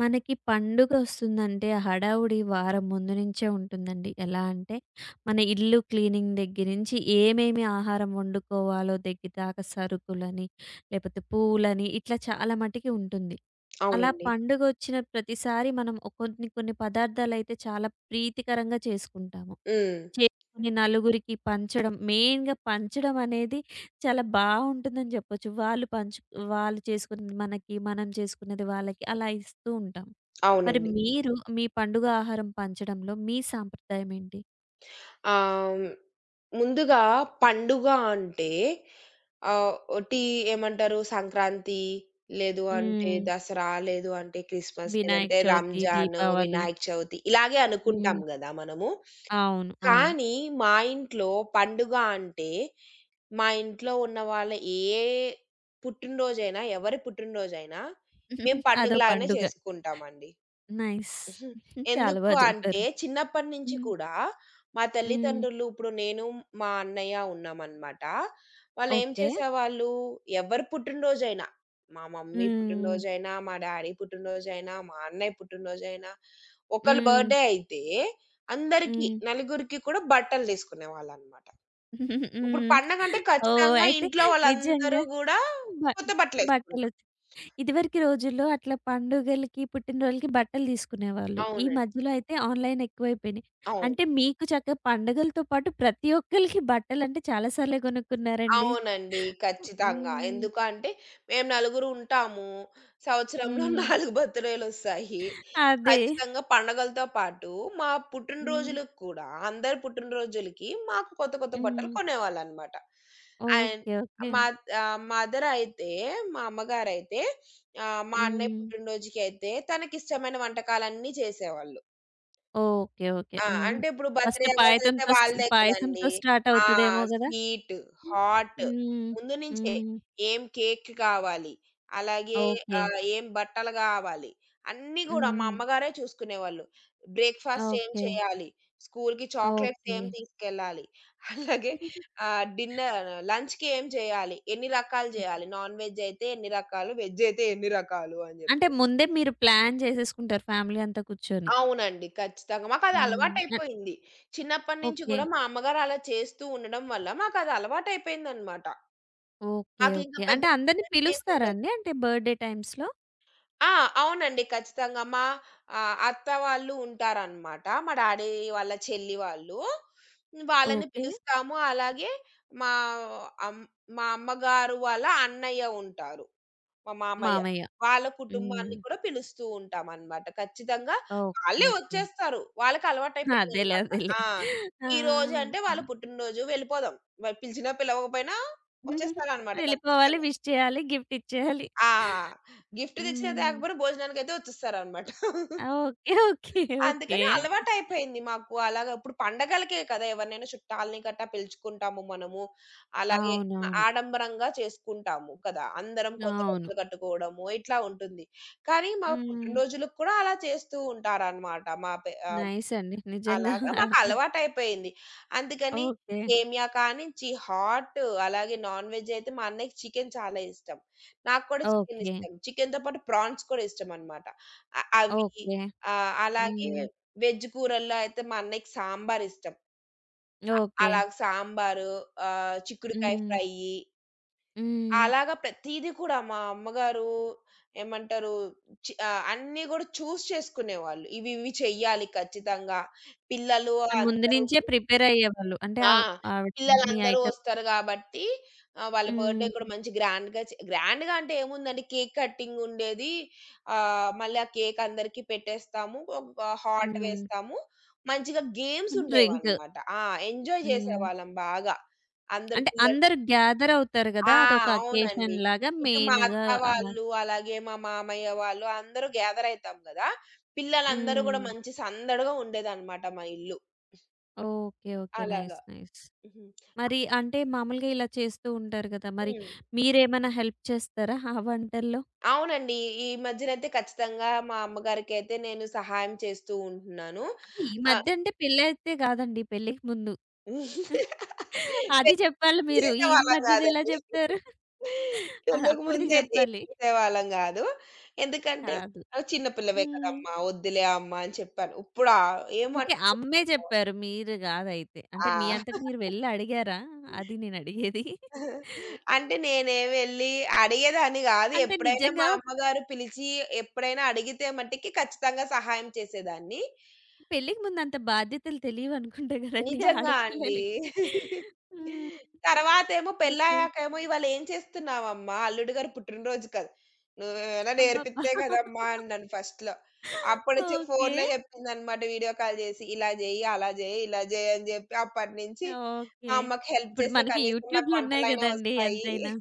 మనకి పండుగొస్తుందంటే హడావుడి వారం ముందు నుంచే ఉంటుందండి. ఎలా అంటే మన ఇల్లు క్లీనింగ్ దగ్గర నుంచి ఏమేమి ఆహారం వండుకోవాలో దగ్గర దాకా సరుకులని, లేపోతే పూలని ఇట్లా చాలా మటికి ఉంటుంది. అలా అవునండి. పండుగొచ్చిన ప్రతిసారి మనం కొన్ని కొన్ని పదార్థాలైతే చాలా ప్రీతికరంగా చేసుకుంటాము. హ్మ్. చేసుకొని నలుగురికి పంచడం, మెయిన్‌గా పంచడం అనేది చాలా బావుంటుందని చెప్పొచ్చు. వాళ్ళు చేసుకున్నది మనకి, మనం చేసుకున్నది వాళ్ళకి అలా ఇస్తూ ఉంటాం. మరి అవునండి. మీరు మీ పండుగ ఆహారం పంచడంలో మీ సాంప్రదాయం ఏంటి? ఆహ్, ముందుగా పండుగ అంటే ఒకటి ఏమంటారు సంక్రాంతి, లేదు అంటే హ్మ్. దసరా, లేదు అంటే క్రిస్మస్, వినాయక లేదంటే చవితి, రంజాన్, దీపావళి. వినాయక చవితి ఇలాగే హ్మ్. అనుకుంటాం గదా! మనము. అవును. అవును. కానీ మా ఇంట్లో పండుగ అంటే మా ఇంట్లో ఉన్న వాళ్ళ ఏ పుట్టినరోజైనా, ఎవరి పుట్టినరోజైనా మేము అదో పండుగలాగానే పండుగ. చేసుకుంటామండి. నైస్. హ్మ్. చాలా బా ఎందుకు అంటే చెప్పారు. చిన్నప్పటి నుంచి హ్మ్. కూడా మా హ్మ్. తల్లిదండ్రులు, ఇప్పుడు నేను, మా అన్నయ్య ఉన్నామనమాట. వాళ్ళేం ఓకే. చేసేవాళ్ళు ఎవరి పుట్టినరోజైనా, మా మమ్మీ హ్మ్. పుట్టినరోజైనా, మా డ్యాడీ పుట్టినరోజైనా, మా అన్నయ్య పుట్టినరోజైనా, ఒకళ్ళ హ్మ్. బర్త్‌డే అయితే అందరికి హ్మ్. నలుగురికి కూడా బట్టలు తీసుకునేవాళ్ళనమాట. ఇప్పుడు హ్మ్. పండగంటే ఓహ్! ఖచ్చితంగా అయితే ఇంట్లో నిజంగా వాళ్ళందరూ గూడా బ కొత్త బట్టలేసుకుంటాం. బట్టలొచ్చి ఇదివరకు రోజుల్లో అట్లా పండుగలకి, పుట్టినరోజులకి బట్టలు తీసుకునేవాళ్ళు. ఈ అవునండి. మధ్యలో అయితే ఆన్‌లైన్ ఎక్కువైపోయినాయి. అవును. అంటే మీకు చక్కగా పండుగలతో పాటు ప్రతి ఒక్కళ్ళకి బట్టలంటే చాలా సార్లే కొనుక్కున్నారండి. అవునండి. ఖచ్చితంగా. హ్మ్. ఎందుకంటే మేము నలుగురు ఉంటాము. సంవత్సరంలో హ్మ్. 4 బర్త్‌డే‌లొస్తాయి. అదే. ఖచ్చితంగా పండగలతో పాటు మా హ్మ్. పుట్టినరోజులకు కూడా అందరి పుట్టినరోజులకి మాకు కొత్త కొత్త బట్టలు హ్మ్. కొనేవాళ్ళనమాట. And okay. ఓకే. మా మదర్ అయితే మా అమ్మగారైతే మా అన్నయ్య హ్మ్. పుట్టినరోజుకైతే తనకిష్టమైన వంటకాలన్నీ చేసేవాళ్ళు. ఓకే. ఓకే. ఆ! హ్మ్. అంటే ఇప్పుడు ఫస్ట్ బర్త్‌డే అవర్స్ అయితే పాయతంతో స్ వాళ్ళదే పాయసంతో కదండీ. స్టార్ట్ ఆ! అవుతదేమో గదా! స్వీట్, హ్మ్. హాట్ ముందు నుంచే హ్మ్. ఏం కేక్ కావాలి, అలాగే ఓకే. ఏం బట్టలు గావాలి, అన్నీ గూడా మా హ్మ్. అమ్మగారే చూసుకునేవాళ్ళు. బ్రేక్‌ఫాస్ట్ ఏం ఓకే. చేయాలి, స్కూల్‌కి చాక్లేట్స్ ఓకే. ఏం తీసుకెళ్ళాలి, అలాగే డిన్నర్ లంచ్‌కి ఏం చేయాలి, ఎన్ని రకాలు చేయాలి, నాన్ వెజ్ అయితే ఎన్ని రకాలు, వెజ్ అయితే ఎన్ని రకాలు అని అంటే జెప్పి. ముందే మీరు ప్లాన్ చేసేసుకుంటారు ఫ్యామిలీ అంతా కూర్చొని. అవునండి. ఖచ్చితంగా. మాకది హ్మ్. అలవాటయిపోయింది. చిన్నప్పటి నుంచి ఓకే. గూడా మా అమ్మగారు అలా చేస్తూ ఉండడం వల్ల మాకది అలవాటయిపోయిందనమాట. ఓకే. మాకింక ఓకే. పెద్ద అంటే అందరిని పిలుస్తారా ఏముండదు. అండి? అంటే బర్త్‌డే టైమ్స్‌లో? ఆ! అవునండి. ఖచ్చితంగా. మా అత్త వాళ్ళు ఉంటారనమాట. మా డాడీ వాళ్ళ చెల్లి వాళ్ళు. వాళ్ళని ఓకే. పిలుస్తాము. అలాగే మా అమ్ మా అమ్మగారు వాళ్ళ అన్నయ్య ఉంటారు. మా మామయ్య. మామయ్య. వాళ్ళ హ్మ్. కుటుంబాన్ని కూడా పిలుస్తూ ఉంటామనమాట. ఖచ్చితంగా ఓకే. వాళ్ళే ఓకే. వచ్చేస్తారు. వాళ్ళకి అదేలే. అలవాటయిపోయిందనమాట. అదేలే. ఆ! ఆ! ఈరోజు అంటే వాళ్ళ పుట్టినరోజు వెళ్ళిపోదాం. మరి పిలిచినా పిలవకపోయినా వచ్చేస్తారనమాట వెళ్ళిపోవాలి, ఖచ్చితంగా. విష్ చేయాలి, గిఫ్ట్ ఇచ్చేయాలి. ఆ! గిఫ్ట్ తెచ్చినా హ్మ్. తేకపోయినా భోజనానికైతే వచ్చేస్తారనమాట. ఓకే. ఓకే. ఓకే. అందుకని అలవాటయిపోయింది మాకు. అలాగా ఇప్పుడు పండగలకే కదా! ఎవరినైనా చుట్టాలని గట్టా పిలుచుకుంటాము మనము. అలాగే అవునవును. ఆడంబరంగా చేసుకుంటాము కదా! అందరం కొత్త అవును. బట్టలు కట్టుకోవడము ఇట్లా ఉంటుంది. కానీ మా హ్మ్. పుట్టినరోజులకు కూడా అలా చేస్తూ ఉంటారనమాట. మా పె ఆ! నైస్ అండి. నిజంగా. అలాగా ఓక్ మాకలవాటయిపోయింది. అందుకని ఓకే. సేమ్యా కానించి హాట్ అలాగే నాన్ వెజ్ అయితే మా అన్నయ్యకి చికెన్ చాలా ఇష్టం. నాకు కూడా చికెన్ ఓకే. ఇష్టం. చికెన్‌తో పాటు ప్రాన్స్ కూడా ఇష్టమనమాట. అ అవి ఓకే. అలాగే హ్మ్. వెజ్ కూరల్లో అయితే మా అన్నయ్యకి సాంబార్ ఇష్టం. ఓకే. అలాగ సాంబారు, చిక్కుడుకాయ హ్మ్. ఫ్రయ్యి హ్మ్. అలాగా ప్రతీది కూడా మా అమ్మగారు ఏమంటారు చి అన్నీ గూడా చూస్ చేసుకునేవాళ్ళు. ఇవి ఇవి చెయ్యాలి ఖచ్చితంగా. పిల్లలు ఆహ్, ముందు అందరూ నుంచే ప్రిపేర్ అయ్యేవాళ్ళు. అంటే ఆ! ఆవిడ అన్ని పిల్లలందరూ ఐటెమ్స్ వస్తారు గాబట్టి, వాళ్ళ బర్త్‌డే కూడా హ్మ్. మంచి గ్రాండ్‌గా చే గ్రాండ్‌గా అంటే ఏముందండి కేక్ కటింగ్ ఉండేది. మళ్ళీ ఆ కేక్ అందరికీ పెట్టేస్తాము. ఒక హాట్ హ్మ్. వేస్తాము. మంచిగా గేమ్స్ డ్రింక్. ఉండేవన్నమాట. ఆ! ఎంజాయ్ హ్మ్. జేసేవాళ్ళం బాగా. అందరు అంటే పిల్లలు అందరూ గ్యాదర్ అవుతారు ఆ! గదా! అదొక అకేషన్ అవునండి. లాగా ఇటు మా మెయిన్‌గా అత్త అలా వాళ్ళు, అలాగే మా మామయ్య వాళ్ళు అందరూ గ్యాదర్ అయితాం గదా! పిల్లలందరూ గూడా హ్మ్. మంచి సందడిగా ఉండేదన్నమాట మా ఇల్లు. ఓకే. ఓకే. నైస్. అలాగా. నైస్. హ్మ్. మరి అంటే మామూలుగా ఇలా చేస్తూ ఉంటారు గదా! మరి హ్మ్. మీరేమైనా హెల్ప్ చేస్తారా ఆ వంటల్లో? అవునండి. ఈ మధ్యనైతే ఖచ్చితంగా మా అమ్మగారికైతే నేను సహాయం చేస్తూ ఉంటున్నాను. అంటే ఈ ఆహ్, మధ్య అంటే పెళ్లయితే కాదండి. పెళ్ళికి ముందు. అది పెళ్ళికి చెప్పాలి ముందు మీరు. ఇది చేసేవాళ్ళం మధ్యది ఎలా గాదండి. చెప్తారు? అది పెళ్ళికి అప్పుడుది ముందైతే ఏం చెప్పాలి. చేసేవాళ్ళం గాదు. ఎందుకంటే కాదు. చిన్న పిల్లవే హ్మ్. కదమ్మా! వద్దులే అమ్మా! అని చెప్పాను. ఇప్పుడా ఏం ఓకే. వంట అమ్మే చేస్తున్నావు? చెప్పారు. మీరు గాదైతే. అంటే ఆ! మీ అంతట మీరు వెళ్లి అడిగారా? అది నేనడిగేది. అంటే నేనేమి వెళ్లి అడిగేదాన్ని గాదు. అంటే ఎప్పుడైనా మా నిజంగా అమ్మగారు పిలిచి ఎప్పుడైనా అడిగితే మటికి ఖచ్చితంగా సహాయం చేసేదాన్ని. పెళ్ళికి ముందు అంత బాధ్యతలు తెలియవనుకుంటా గదండీ నిజంగా అండి. ఆడపిల్లలకి. హ్మ్. తర్వాతేమో ఓకే. పెళ్ళయ్యాకేమో "ఇవాళ ఏం చేస్తున్నావమ్మా? అల్లుడు గారి పుట్టినరోజు కదా! నువ్వేమైనా అబ్బబ్బా! నేర్పిత్తే కదమ్మా" అన్నాను ఫస్ట్‌లో. అప్పుడు చే ఓకే. ఫోన్‌లో చెప్పిందనమాట వీడియో కాల్ చేసి. ఇలా చేయి, అలా చేయి, ఇలా చేయి అని చెప్పి అప్పటినుంచి మా ఓకే. అమ్మకి హెల్ప్ ఇప్పుడు చేస్తే మనకి కనీసం నాకు యూట్యూబ్‌లున్నాయి వంటలైనా గదండీ వస్తాయి. ఎంతైనా.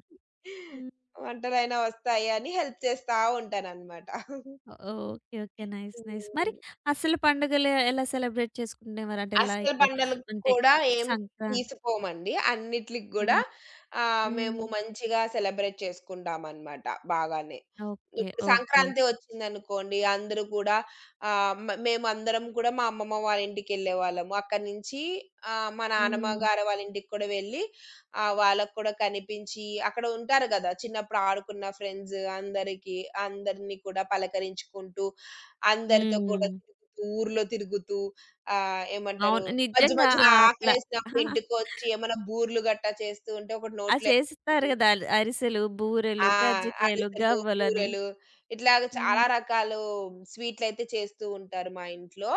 హ్మ్. వంటలైనా వస్తాయి అని హెల్ప్ చేస్తా ఉంటాననమాట. ఓకే. ఓకే. నైస్. నైస్. మరి హ్మ్. అసలు పండుగలు ఎలా సెలబ్రేట్ చేసుకునేవారు? అంటే అస్సలు లైక్ పండగలకు అంటే కూడా ఏమి సంక్రాంతి తీసిపోమండి. అన్నిట్లికి గూడా హ్మ్. హ్మ్. మేము మంచిగా సెలబ్రేట్ చేసుకుంటామనమాట బాగానే. ఓకే. ఇప్పుడు ఓకే. సంక్రాంతి వచ్చిందనుకోండి, అందరూ కూడా మేమందరం కూడా మా అమ్మమ్మ వాళ్ళ ఇంటికెళ్ళేవాళ్ళము. అక్కడి నుంచి మా నానమ్మ హ్మ్. గారు వాళ్ళ ఇంటికి కూడా వెళ్ళి వాళ్ళకి కూడా కనిపించి అక్కడ ఉంటారు గదా! చిన్నప్పుడు ఆడుకున్న ఫ్రెండ్స్ అందరికి అందరిని కూడా పలకరించుకుంటూ, అందరితో కూడా హ్మ్. తిరుగుతూ, ఊర్లో తిరుగుతూ ఏమంటారు అవును. మధ్య నిజంగా మధ్యలో ఆహ్, అట్లా ఆకలేసినప్పుడు ఇంటికొచ్చి ఏమైనా బూర్లు గట్టా చేస్తూ ఉంటే ఒకటి ఆ! నోట్లో చేసిస్తారు ఏసుకుని గదా! అరిసెలు, బూరెలు, ఆ! కజ్జికాయలు, అరిసెలు, గవ్వలని. బూరెలు ఇట్లాగ హ్మ్. చాలా రకాలు స్వీట్‌లయితే చేస్తూ ఉంటారు మా ఇంట్లో.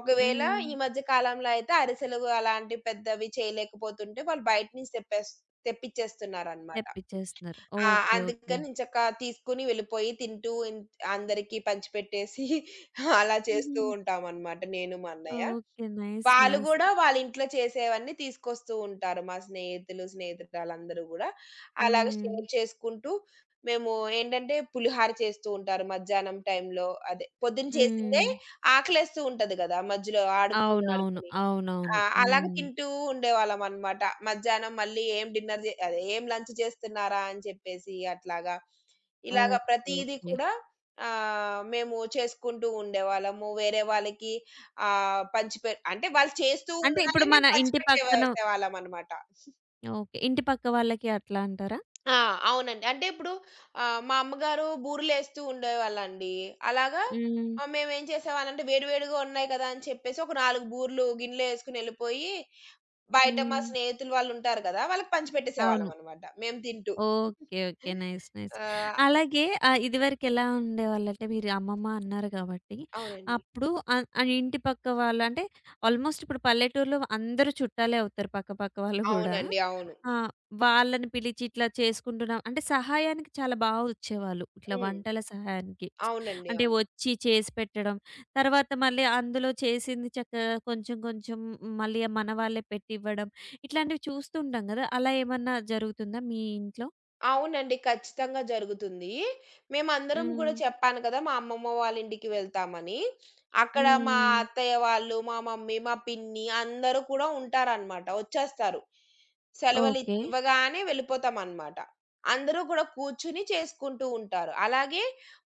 ఒకవేళ హ్మ్. ఈ మధ్య కాలంలో అయితే అరిసెలు అలాంటి పెద్దవి చేయలేకపోతుంటే వాళ్ళు బయట నుంచి తెప్పేస్ తెప్పిచ్చేస్తున్నారనమాట. తెప్పిచ్చేస్తున్నారు. ఆ! ఓకే. ఓకే. అందుకని నేను చక్కగా తీసుకొని వెళ్ళిపోయి తింటూ ఇన్ అందరికీ పంచిపెట్టేసి అలా చేస్తూ హుహు. ఉంటామనమాట నేను మా అన్నయ్య. ఓకే. నైస్. వాళ్ళు నైస్. గూడా వాళ్ళ ఇంట్లో చేసేవన్నీ తీసుకొస్తూ ఉంటారు. మా స్నేహితులు, స్నేహితురాలందరూ గూడా. అలాగ హ్మ్. షేర్ చేసుకుంటూ మేము ఏంటంటే పులిహార చేస్తూ ఉంటారు మధ్యాహ్నం టైంలో. అదే పొద్దున చేసిందే హ్మ్. ఆకలేస్తూ ఉంటది గదా! మధ్యలో ఆడుకొని, అవునవును. ఆడుకొని. ఆ! అవునవును. అలాగ హ్మ్. తింటూ ఉండేవాళ్ళమనమాట. మధ్యాహ్నం మళ్ళీ ఏం డిన్నర్ జే అదే ఏం లంచ్ చేస్తున్నారా అని చెప్పేసి అట్లాగా. ఇలాగ ఓకే. ప్రతీది ఓకే. కూడా మేము చేసుకుంటూ ఉండేవాళ్ళము. వేరే వాళ్ళకి పంచిపె అంటే వాళ్ళు చేస్తూ అంటే ఉండగానే ఇప్పుడు మన మేము ఇంటి పంచిపెట్టే పక్కన వేసేవాళ్ళమనమాట. ఓకే. ఇంటి పక్క వాళ్ళకి అట్లా అంటారా? ఆ! అవునండి. అంటే ఇప్పుడు మా అమ్మగారు బూరెలేస్తూ ఉండేవాళ్ళండి. అలాగా హ్మ్. మేమేం చేసేవాళ్ళంటే వేడి వేడిగా ఉన్నాయి కదా! అని చెప్పేసి ఒక 4 బూరెలు గిన్నెలో ఏసుకొని ఎళ్ళిపోయి బయట మా హ్మ్. స్నేహితులు వాళ్ళుంటారు గదా! వాళ్ళకి అవును. పంచిపెట్టేసేవాళ్ళమనమాట మేము తింటూ. ఓకే. ఓకే. నైస్. నైస్. ఆ! అలాగే ఆహ్, ఇదివరకెలా ఉండేవాళ్ళంటే మీరు అమ్మమ్మ అన్నారు కాబట్టి, అవునండి. అప్పుడు ఆహ్, ఇంటి పక్క వాళ్ళు అంటే ఆల్మోస్ట్ ఇప్పుడు పల్లెటూరులో అందరూ చుట్టాలే అవుతారు పక్క పక్క వాళ్ళు గూడా. అవునండి. అవును. ఆ! వాళ్ళని పిలిచి ఇట్లా చేసుకుంటున్నాం. అంటే సహాయానికి చాలా బా వచ్చేవాళ్ళు. ఇట్లా హ్మ్. వంటల సహాయానికి. అవునండి. అంటే అవును. వచ్చి చేసి పెట్టడం. తర్వాత మళ్ళీ అందులో చేసింది చక్కగా కొంచెం కొంచెం మళ్ళీ మన వాళ్ళే పెట్టివ్వడం. ఇట్లాంటివి చూస్తూ ఉంటాం గదా! అలా ఏమన్నా జరుగుతుందా మీ ఇంట్లో? అవునండి. ఖచ్చితంగా జరుగుతుంది. మేమందరం గూడా హ్మ్. చెప్పాను కదా! మా అమ్మమ్మ వాళ్ళ ఇంటికి వెళ్తామని. అక్కడ మా హ్మ్. అత్తయ్య వాళ్ళు, మా మమ్మీ, మా పిన్ని అందరూ కూడా ఉంటారనమాట. వచ్చేస్తారు. ఓకే. ఇవ్వగానే వెళ్ళిపోతామనమాట. అందరూ కూడా కూర్చొని చేసుకుంటూ ఉంటారు. అలాగే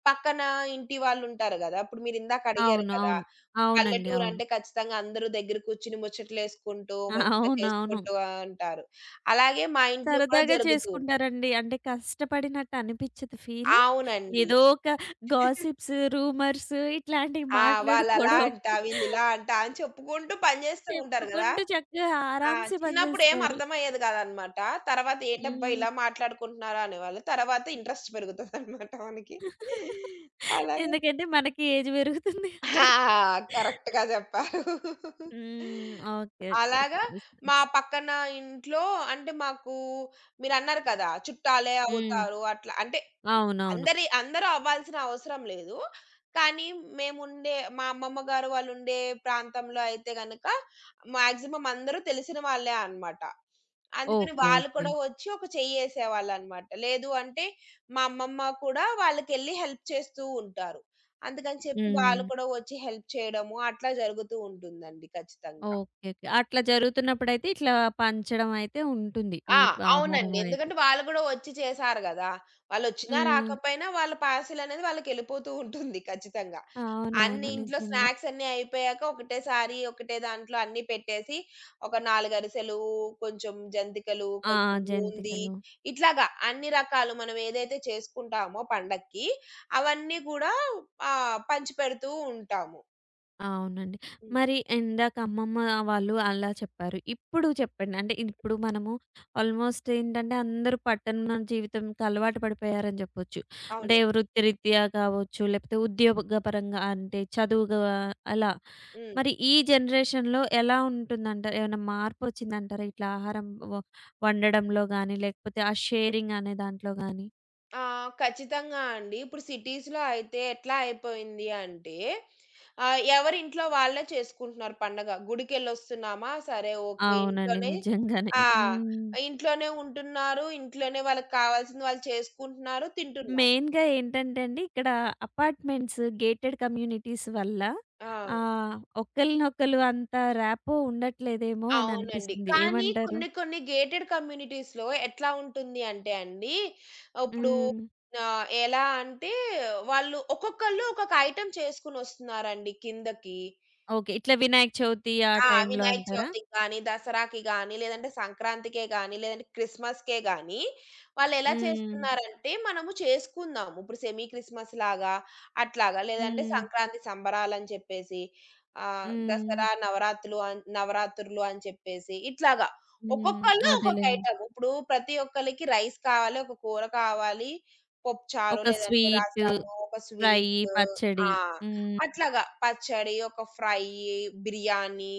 పక్కన ఇంటి వాళ్ళుంటారు గదా! ఇప్పుడు మీరిందాక అవును. అడిగారు కదా! అవును. అవునండి. పల్లెటూరు అవును. అంటే ఖచ్చితంగా అందరూ దగ్గర కూర్చొని ముచ్చట్లేసుకుంటూ, మంచిగా అవునవును. చేసుకుంటూ ఉంటారు. అలాగే మా ఇంట్లో కూడా సరదాగా జరుగుతూ చేసుకుంటారండి. అంటే కష్టపడినట్టు అనిపిచ్చదు ఫీల్. అవునండి. ఏదో ఒక గాసిప్స్, రూమర్స్ ఇట్లాంటివి ఆ! వాళ్ళలా మాట్లాడుకోవడం. అంట, వీళ్ళిలా అంట అని చెప్పుకుంటూ పని చేస్తూ ఉంటారు గదా! చెప్పుకుంటూ చక్కగా ఆ! ఆరాంసే పని చిన్నప్పుడు ఏం జేస్తారు. అర్థమయ్యేది గాదనమాట. తర్వాత ఏంటబ్బా! హ్మ్. ఇలా మాట్లాడుకుంటున్నారా అనేవాళ్ళు. తర్వాత ఇంట్రెస్ట్ పెరుగుతదనమాట మనకి. అలాగే ఎందుకంటే మనకి ఏజ్ పెరుగుతుంది ఆ! కాబట్టి. కరెక్ట్‌గా జెప్పారు. హ్మ్. ఓకే. ఓకే. అలాగా నైస్. మా నైస్. పక్కన ఇంట్లో అంటే మాకు మీరన్నారు కదా! చుట్టాలే హ్మ్. అవుతారు అట్లా. అంటే అవునవును. అందరూ అవ్వాల్సిన అవసరం లేదు. కానీ మేముండే మా అమ్మమ్మ గారు వాళ్ళుండే ప్రాంతంలో అయితే గనక మాక్సిమం అందరూ తెలిసిన వాళ్ళే అన్నమాట. అందుకని ఓకే. వాళ్ళు ఓకే. కూడా వచ్చి ఒక చెయ్యేసేవాళ్ళన్నమాట. లేదు అంటే మా అమ్మమ్మ కూడా వాళ్ళకెళ్ళి హెల్ప్ చేస్తూ ఉంటారు. అందుకని చెప్పి హ్మ్. వాళ్ళు కూడా వచ్చి హెల్ప్ చేయడము అట్లా జరుగుతూ ఉంటుందండి ఖచ్చితంగా. ఓకే. ఓకే. అట్లా జరుగుతున్నప్పుడైతే ఇట్లా పంచడం అయితే ఉంటుంది. ఈ ఆ! ఆహారం అవునండి. అనేది. ఎందుకంటే వాళ్ళు గూడా వచ్చి చేశారు గదా! వాళ్ళొచ్చినా హ్మ్. రాకపోయినా వాళ్ళ పార్సిలనేది వాళ్ళకెళ్ళిపోతూ ఉంటుంది ఖచ్చితంగా. అవునవును. అన్ని ఇంట్లో నిజంగా. స్నాక్స్ అన్నీ అయిపోయాక ఒకటేసారి ఒకటే దాంట్లో అన్నీ పెట్టేసి, ఒక 4 అరిసెలు, కొంచెం జంతికలు, ఆ! కొంచెం బూందీ జంతికలు. ఇట్లాగా అన్ని రకాలు మనం ఏదైతే చేసుకుంటామో పండక్కి అవన్నీ కూడా పంచిపెడుతూ ఉంటాము. అవునండి. హ్మ్. మరి ఇందాక అమ్మమ్మ వాళ్ళు అలా చెప్పారు. ఇప్పుడు చెప్పండి. అంటే ఇప్పుడు మనము ఆల్మోస్ట్ ఏంటంటే అందరూ పట్టణ జీవితంకి అలవాటు పడిపోయారని చెప్పొచ్చు. అంటే అవును. వృత్తిరీత్యా కావచ్చు, లేకపోతే ఉద్యోగపరంగా అంటే చదువుగా అలా. హ్మ్. మరి ఈ జనరేషన్‌లో ఎలా ఉంటుందంటారు? ఏమైనా మార్పొచ్చిందంటారా? ఇట్లా ఆహారం వ వండడంలో గాని, లేకపోతే ఆ షేరింగ్ అనే దాంట్లో గాని? ఆ! ఖచ్చితంగా అండి. ఇప్పుడు సిటీస్‌లో అయితే ఎట్లా అయిపోయింది అంటే, ఎవరింట్లో వాళ్ళే చేసుకుంటున్నారు పండగ. గుడికెళ్ళొస్తున్నామా? సరే ఓకే. అవునండి. ఇంట్లోనే నిజంగానే. ఆ! హ్మ్. ఇంట్లోనే ఉంటున్నారు. ఇంట్లోనే వాళ్ళకి కావాల్సింది వాళ్ళు చేసుకుంటున్నారు, తింటున్నారు. మెయిన్‌గా ఏంటంటే అండి, ఇక్కడ అపార్ట్‌మెంట్స్, గేటెడ్ కమ్యూనిటీస్ వల్ల ఆ! ఆహ్, ఒకళ్ళనొకళ్ళు అంత ర్యాపో ఉండట్లేదేమో అని అవునండి. అనిపిస్తుంది. కానీ ఏమంటారు? కొన్ని కొన్ని గేటెడ్ కమ్యూనిటీస్‌లో ఎట్లా ఉంటుంది అంటే అండి, ఇప్పుడు హ్మ్. ఎలా అంటే, వాళ్ళు ఒక్కొక్కళ్ళు ఒక్కొక్క ఐటెమ్ చేసుకొనొస్తున్నారండి కిందకి. ఓకే. ఇట్లా వినాయక చవితి ఆ ఆ! టైంలో వినాయక అంటారా? చవితికి గానీ, దసరాకి గానీ, లేదంటే సంక్రాంతికే గానీ, లేదంటే క్రిస్మస్‌కే గానీ, వాళ్ళెలా హ్మ్. చేస్తున్నారంటే, మనము చేసుకుందాము. ఇప్పుడు సెమీ క్రిస్మస్ లాగా, అట్లాగా. లేదంటే హ్మ్. సంక్రాంతి సంబరాలని చెప్పేసి, హ్మ్. దసరా నవరాత్రులు అని చెప్పేసి, ఇట్లాగా. హ్మ్. ఒక్కొక్కళ్ళు ఒక్కొక్క అదేలెండి. ఐటెమ్. ఇప్పుడు ప్రతి ఒక్కళ్ళకి రైస్ కావాలి, ఒక కూర కావాలి, పప్పుచారు ఒక లేదంటే స్వీట్, రసము, ఒక ఫ్రై, స్వీటు. ఆ! పచ్చడి. హ్మ్. అట్లాగా పచ్చడి, ఒక ఫ్రై, బిర్యానీ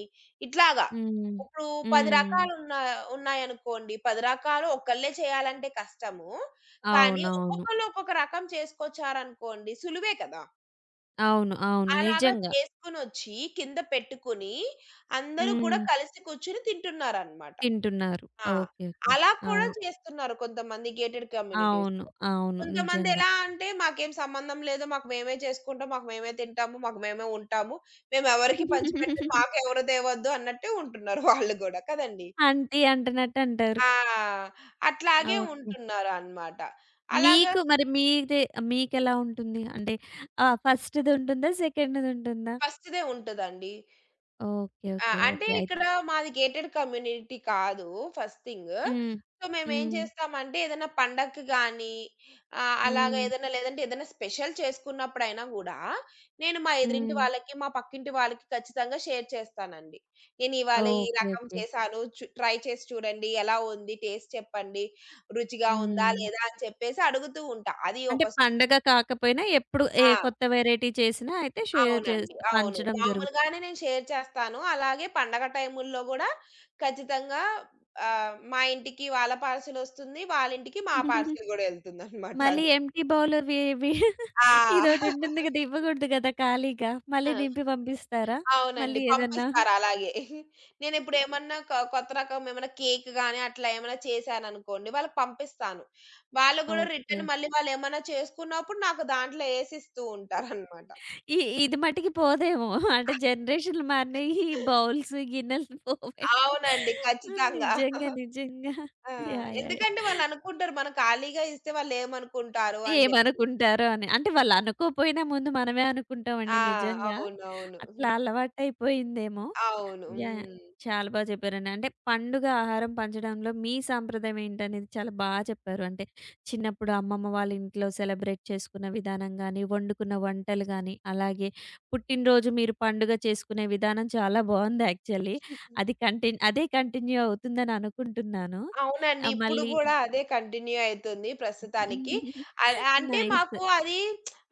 ఇట్లాగా. హ్మ్. ఇప్పుడు 10 హ్మ్. రకాలున్న ఉన్నాయనుకోండి. 10 రకాలు ఒకళ్ళే చేయాలంటే కష్టము. కానీ అవునవును. ఒక్కొక్కళ్ళు ఒక్కొక్క రకం చేసుకొచ్చారనుకోండి సులువే కదా! అవును. అవును. అలాగా నిజంగా. చేసుకొనొచ్చి కింద పెట్టుకొని అందరూ కూడా హ్మ్. కలిసి కూర్చొని తింటున్నారనమాట. తింటున్నారు. ఆ! ఓకే. ఓకే. అలా ఆ! కూడా చేస్తున్నారు కొంతమంది గేటెడ్ అవును. కమ్యూనిటీస్‌లో. అవును. కొంతమంది నిజంగా. ఎలా అంటే మాకేం సంబంధం లేదు. మాకు మేమే చేసుకుంటాం. మాకు మేమే తింటాము. మాకు మేమే ఉంటాము. మేమెవరికీ పంచిపెట్టం. మాకెవరు తేవద్దు అన్నట్టే ఉంటున్నారు వాళ్ళు గూడా కదండీ! ఆంటీ అంటున్నట్టు అంటారు. ఆ! అట్లాగే ఓకే. ఉంటున్నారనమాట. అలాగా మీకు మరి మీది మీకెలా ఉంటుంది? అంటే ఆహ్, ఫస్ట్‌ది ఉంటుందా? సెకండ్‌ది ఉంటుందా? ఫస్ట్‌దే ఉంటదండి. ఓకే. ఆ! ఓకే. అంటే ఓకే. ఇక్కడ మాది గేటెడ్ కమ్యూనిటీ కాదు ఫస్ట్ థింగ్. హ్మ్. సో, మేమేం హ్మ్. చేస్తామంటే ఏదైనా పండగకి గానీ అలాగా హ్మ్. ఏదైనా లేదంటే ఏదైనా స్పెషల్ చేసుకున్నప్పుడైనా గూడా, నేను మా ఎదురింటి హ్మ్. వాళ్ళకి, మా పక్కింటి వాళ్ళకి ఖచ్చితంగా షేర్ చేస్తానండి. నేనివాళ ఈ ఓకే. రకం ఓకే. చేశాను. ట్రై చేసి చూడండి. ఎలా ఉంది? టేస్ట్ చెప్పండి. రుచిగా ఉందా? హ్మ్. లేదా? అని చెప్పేసి అడుగుతూ ఉంటా. అది అంటే ఒక స్ పండగ కాకపోయినా ఎప్పుడు ఏ ఆ! కొత్త వెరైటీ చేసినా అయితే షేర్ చేస్ అవునండి. అవును. పంచడం జరుగుతుంది. మామూలుగానే నేను షేర్ చేస్తాను. అలాగే పండగ టైముల్లో గూడా ఖచ్చితంగా మా ఇంటికి వాళ్ళ పార్సెలొస్తుంది. వాళ్ళ ఇంటికి మా పార్సెల్ గూడా ఎళ్తుందనమాట మళ్ళీ అది. ఎంప్టీ బౌల్ వి వి ఆ! ఇదోటుంటుంది గదా! ఇవ్వగూడదు గదా! ఖాళీగా. మళ్ళీ ఆ! నింపి పంపిస్తారా? అవునండి. మళ్ళీ ఏదన్నా? పంపిస్తారు అలాగే. నేనిప్పుడేమన్నా కొత్త రకం ఏమైనా కేక్ గాని అట్లా ఏమైనా చేశాననుకోండి, వాళ్ళకి పంపిస్తాను. వాళ్ళు గూడా ఓకే. రిటర్న్ మళ్ళీ వాళ్ళేమన్నా చేసుకున్నప్పుడు నాకు దాంట్లో యేసిస్తూ ఉంటారనమాట. ఈ ఇది మటికి పోదేమో. అంటే జనరేషన్‌లు మారినయి. ఈ బౌల్స్, గిన్నెలు పోవేమో. అవునండి. ఖచ్చితంగా. నిజంగా. నిజంగా. ఆ! యాహ్! యాహ్! యాహ్! ఎందుకంటే వాళ్ళనుకుంటారు మనం ఖాళీగా ఇస్తే వాళ్ళేమనుకుంటారో అని జెప్పి. ఏమనుకుంటారో అని. అంటే వాళ్ళనుకోపోయినా ముందు మనమే ఆ! అనుకుంటామండి నిజంగా. అవునవును. అట్లా హ్మ్. అలవాటయిపోయిందేమో. అవును. యాహ్! హ్మ్. చాలా బాగా చెప్పారండి. అంటే పండుగ ఆహారం పంచడంలో మీ సాంప్రదాయం ఏంటనేది చాలా బా చెప్పారు. అంటే చిన్నప్పుడు అమ్మమ్మ వాళ్ళ ఇంట్లో సెలబ్రేట్ చేసుకున్న విధానం గాని, వండుకున్న వంటలు గాని, అలాగే పుట్టినరోజు మీరు పండుగ చేసుకునే విధానం చాలా బావుంది యాక్చువల్లీ. అది కంటిన్ అదే కంటిన్యూ అవుతుందని అనుకుంటున్నాను. అవునండి. ఆహ్, ఇప్పుడు మళ్ళీ గూడా అదే కంటిన్యూ అయితుంది ప్రస్తుతానికి. అంటే నైస్. మాకు అది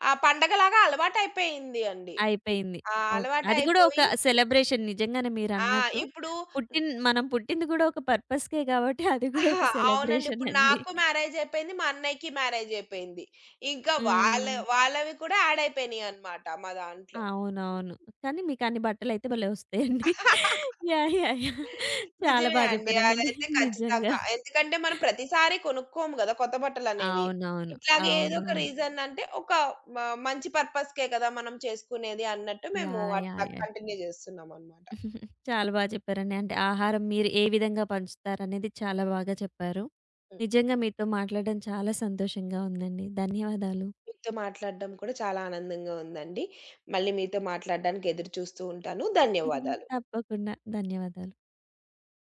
ఆ పండగలాగా అలవాటయిపోయింది అండి. అయిపోయింది. ఆ! ఓకే. అది గూడా ఒక అలవాటయిపోయి సెలబ్రేషన్ నిజంగానే ఆ! మీరన్నట్టు. ఇప్పుడు మనం పుట్టింది గూడా ఒక పర్పస్‌కే గాబట్టి అది గూడా ఒక అవునండి. సెలబ్రేషన్ ఇప్పుడు అండి. నాకు మ్యారేజ్ అయిపోయింది. మా అన్నయ్యకి మ్యారేజ్ అయిపోయింది. ఇంకా వాళ్ళ హ్మ్. వాళ్ళవి కూడా యాడ్ అయిపోయినాయన్నమాట మా దాంట్లో. అవునవును. కానీ మీకన్ని బట్టలైతే భలే ఒస్తాయండి. యాహ్! యాహ్! యాహ్! చాలా నిజమే బా అండి. జెప్పారండి. అదైతే నిజంగా. ఖచ్చితంగా. ఎందుకంటే మనం ప్రతిసారి కొనుక్కోము గదా! కొత్త బట్టలనేవి. అవునవును. ఇట్లాగే ఏదో ఒక అవునవును. రీజన్ అంటే ఒక మ మంచి పర్పస్‌కే కదా మనం చేసుకునేది అన్నట్టు మేము యాహ్! యాహ్! అట్లా యాహ్! కంటిన్యూ జేస్తున్నామనమాట. చాలా బా జెప్పారండి. అంటే ఆహారం మీరు ఏ విధంగా పంచుతారనేది చాలా బాగా చెప్పారు. హ్మ్. నిజంగా మీతో మాట్లాడడం చాలా సంతోషంగా ఉందండి. ధన్యవాదాలు. మీతో మాట్లాడడం కూడా చాలా ఆనందంగా ఉందండి. మళ్ళీ మీతో మాట్లాడడానికి ఎదురు చూస్తూ ఉంటాను. ధన్యవాదాలు. తప్పకుండా. ధన్యవాదాలు.